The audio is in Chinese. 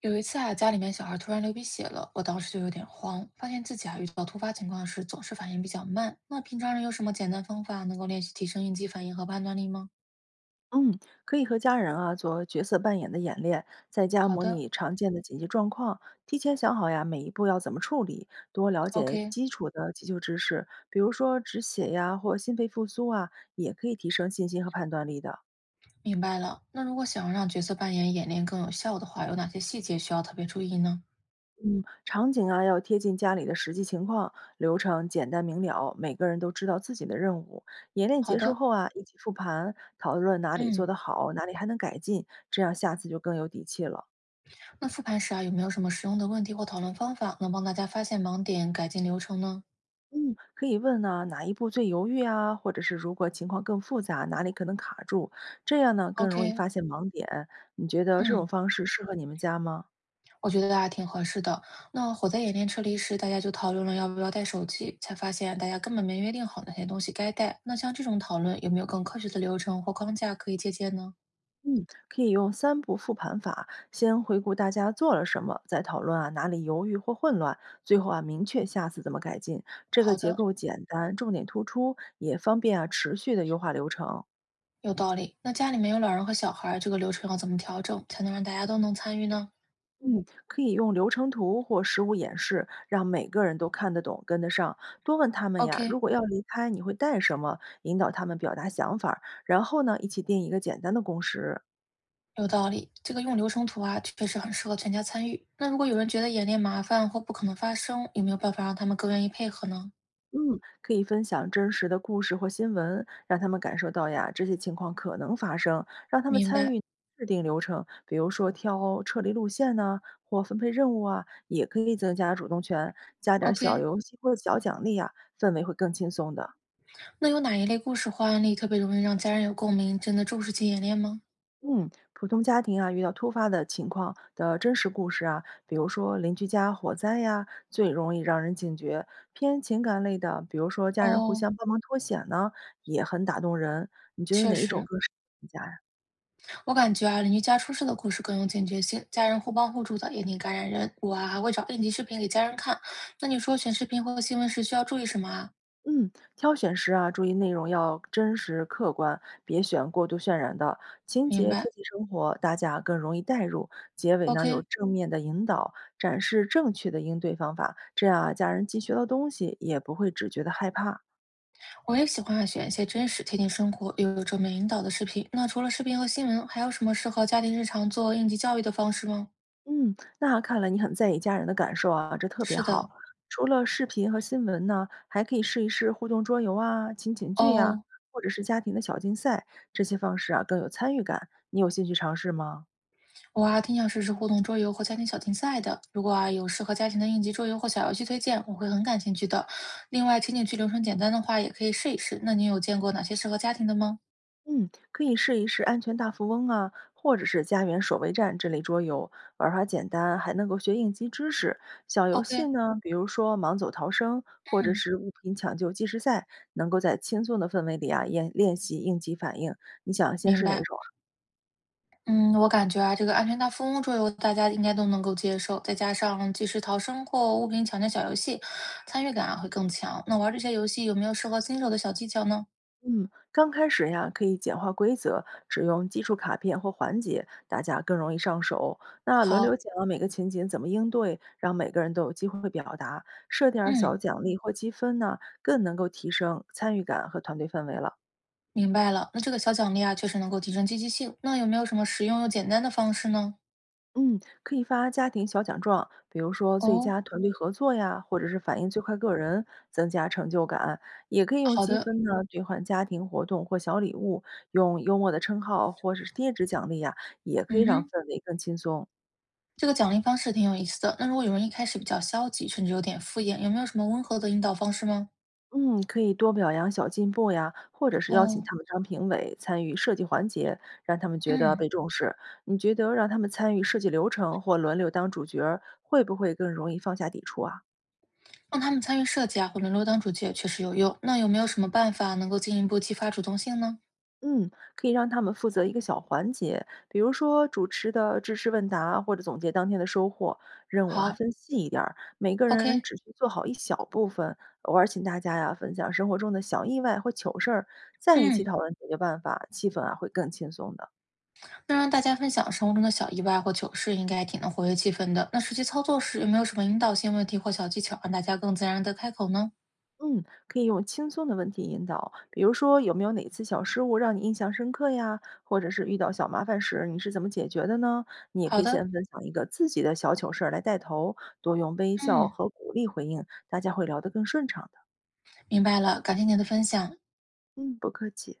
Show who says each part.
Speaker 1: 有一次啊，家里面小孩突然流鼻血了，我当时就有点慌，发现自己啊遇到突发情况时总是反应比较慢。那平常人有什么简单方法能够练习提升应激反应和判断力吗？
Speaker 2: 嗯，可以和家人做角色扮演的演练，在家
Speaker 1: 好
Speaker 2: 模
Speaker 1: 的
Speaker 2: 拟常见的紧急状况，提前想好每一步要怎么处理，多了解
Speaker 1: ，OK，
Speaker 2: 基础的急救知识，比如说止血或心肺复苏，也可以提升信心和判断力的。
Speaker 1: 明白了。那如果想要让角色扮演演练更有效的话，有哪些细节需要特别注意呢？
Speaker 2: 嗯，场景要贴近家里的实际情况，流程简单明了，每个人都知道自己的任务。演练
Speaker 1: 好
Speaker 2: 结束
Speaker 1: 的，
Speaker 2: 后，一起复盘，讨论哪里做
Speaker 1: 嗯，
Speaker 2: 得好，哪里还能改进，这样下次就更有底气了。
Speaker 1: 那复盘时啊有没有什么实用的问题或讨论方法能帮大家发现盲点、改进流程呢
Speaker 2: 嗯，可以问呢、哪一步最犹豫啊？或者是如果情况更复杂，哪里可能卡住？这样呢，更容易
Speaker 1: ？OK，
Speaker 2: 发现盲点。你觉得这种
Speaker 1: 嗯。
Speaker 2: 方式适合你们家吗？
Speaker 1: 我觉得大家挺合适的。那火灾演练撤离时，大家就讨论了要不要带手机，才发现大家根本没约定好哪些东西该带。那像这种讨论，有没有更科学的流程或框架可以借鉴呢？
Speaker 2: 嗯，可以用三步复盘法，先回顾大家做了什么，再讨论哪里犹豫或混乱，最后明确下次怎么改进。这个
Speaker 1: 好
Speaker 2: 结
Speaker 1: 的，
Speaker 2: 构简单，重点突出，也方便持续的优化流程。
Speaker 1: 有道理。那家里面有老人和小孩儿，这个流程要怎么调整，才能让大家都能参与呢
Speaker 2: 嗯，可以用流程图或实物演示，让每个人都看得懂、跟得上。多问他们呀，如
Speaker 1: ？OK，
Speaker 2: 果要离开，你会带什么？引导他们表达想法儿然后呢，一起定一个简单的共识。
Speaker 1: 有道理。这个用流程图啊，确实很适合全家参与。那如果有人觉得演练麻烦或不可能发生，有没有办法让他们更愿意配合呢？
Speaker 2: 嗯，可以分享真实的故事或新闻，让他们感受到呀，这些情况可能发生，让他们
Speaker 1: 明
Speaker 2: 参
Speaker 1: 白。
Speaker 2: 与制定流程，比如说挑撤离路线呐、或分配任务，也可以增加主动权，加点儿
Speaker 1: OK，
Speaker 2: 小游戏或者小奖励，氛围会更轻松的。
Speaker 1: 那有哪一类故事或案例特别容易让家人有共鸣，真的重视起演练吗？
Speaker 2: 嗯，普通家庭，遇到突发的情况的真实故事，比如说邻居家火灾呀，最容易让人警觉。偏情感类的，比如说家人互
Speaker 1: 哦，
Speaker 2: 相帮忙脱险呢，也很打动人。你觉得
Speaker 1: 确
Speaker 2: 哪一种
Speaker 1: 实，
Speaker 2: 更适合你家呀？
Speaker 1: 我感觉啊，邻居家出事的故事更有警觉性，家人互帮互助的也挺感染人。我啊还会找应急视频给家人看。那你说选视频或新闻时需要注意什么啊？
Speaker 2: 嗯，挑选时，注意内容要真实客观，别选过度渲染的，情
Speaker 1: 明
Speaker 2: 节贴
Speaker 1: 白。
Speaker 2: 近生活，大家更容易代入。结尾呢，有
Speaker 1: OK，
Speaker 2: 正面的引导，展示正确的应对方法，这样啊，家人既学到东西，也不会只觉得害怕。
Speaker 1: 我也喜欢啊选一些真实、贴近生活又有正面引导的视频。那除了视频和新闻，还有什么适合家庭日常做应急教育的方式吗？
Speaker 2: 嗯，那看来你很在意家人的感受啊，这特别
Speaker 1: 是
Speaker 2: 好。
Speaker 1: 的，
Speaker 2: 除了视频和新闻呢，还可以试一试互动桌游啊、情景剧呀、
Speaker 1: 哦
Speaker 2: 或者是家庭的小竞赛，这些方式啊更有参与感。你有兴趣尝试吗？
Speaker 1: 我啊，挺想试试互动桌游或家庭小竞赛的。如果啊有适合家庭的应急桌游或小游戏推荐，我会很感兴趣的。另外，情景剧流程简单的话，也可以试一试。那你有见过哪些适合家庭的吗
Speaker 2: 嗯，可以试一试安全大富翁啊，或者是家园守卫战这类桌游，玩法简单，还能够学应急知识。小游戏
Speaker 1: ？OK，
Speaker 2: 呢，比如说盲走逃生，或者
Speaker 1: 嗯，
Speaker 2: 是物品抢救计时赛，能够在轻松的氛围里啊，练练习应急反应。你想先
Speaker 1: 明
Speaker 2: 试哪一
Speaker 1: 白。
Speaker 2: 种啊
Speaker 1: 嗯，我感觉啊，这个安全大富翁桌游大家应该都能够接受，再加上即时逃生或物品抢救小游戏，参与感啊会更强。那玩这些游戏有没有适合新手的小技巧呢？
Speaker 2: 嗯，刚开始呀，可以简化规则，只用基础卡片或环节，大家更容易上手。那轮流
Speaker 1: 好，
Speaker 2: 讲每个情景怎么应对，让每个人都有机会表达，设点儿小
Speaker 1: 嗯，
Speaker 2: 奖励或积分呢，更能够提升参与感和团队氛围了。
Speaker 1: 明白了。那这个小奖励啊，确实能够提升积极性。那有没有什么实用又简单的方式呢？
Speaker 2: 嗯，可以发家庭小奖状，比如说最
Speaker 1: 哦，
Speaker 2: 佳团队合作呀，或者是反应最快个人，增加成就感。也可以用
Speaker 1: 好
Speaker 2: 积
Speaker 1: 的，
Speaker 2: 分呢兑换家庭活动或小礼物，用幽默的称号或者是贴纸奖励呀，也可以
Speaker 1: 嗯
Speaker 2: 让
Speaker 1: 哼，
Speaker 2: 氛围更轻松。
Speaker 1: 这个奖励方式挺有意思的。那如果有人一开始比较消极，甚至有点敷衍，有没有什么温和的引导方式吗？
Speaker 2: 嗯，可以多表扬小进步呀，或者是邀请
Speaker 1: 哦，
Speaker 2: 他们当评委，参与设计环节，让他们觉得被
Speaker 1: 嗯，
Speaker 2: 重视。你觉得让他们参与设计流程或轮流当主角儿，会不会更容易放下抵触啊？
Speaker 1: 让他们参与设计啊，或轮流当主角确实有用。那有没有什么办法能够进一步激发主动性呢？
Speaker 2: 嗯，可以让他们负责一个小环节，比如说主持的知识问答或者总结当天的收获。任务啊，
Speaker 1: 好
Speaker 2: 分细一点儿，每个人
Speaker 1: ，OK，
Speaker 2: 只需做好一小部分。偶尔请大家呀、分享生活中的小意外或糗事儿，再一起
Speaker 1: 嗯，
Speaker 2: 讨论解决办法，气氛啊会更轻松的。
Speaker 1: 那让大家分享生活中的小意外或糗事，应该挺能活跃气氛的。那实际操作时有没有什么引导性问题或小技巧，让大家更自然的开口呢？
Speaker 2: 嗯，可以用轻松的问题引导，比如说有没有哪次小失误让你印象深刻呀？或者是遇到小麻烦时你是怎么解决的呢？你也可
Speaker 1: 好
Speaker 2: 以
Speaker 1: 的，
Speaker 2: 先分享一个自己的小糗事儿来带头，多用微笑
Speaker 1: 嗯，
Speaker 2: 和鼓励回应，大家会聊得更顺畅的。
Speaker 1: 明白了，感谢您的分享。
Speaker 2: 嗯，不客气。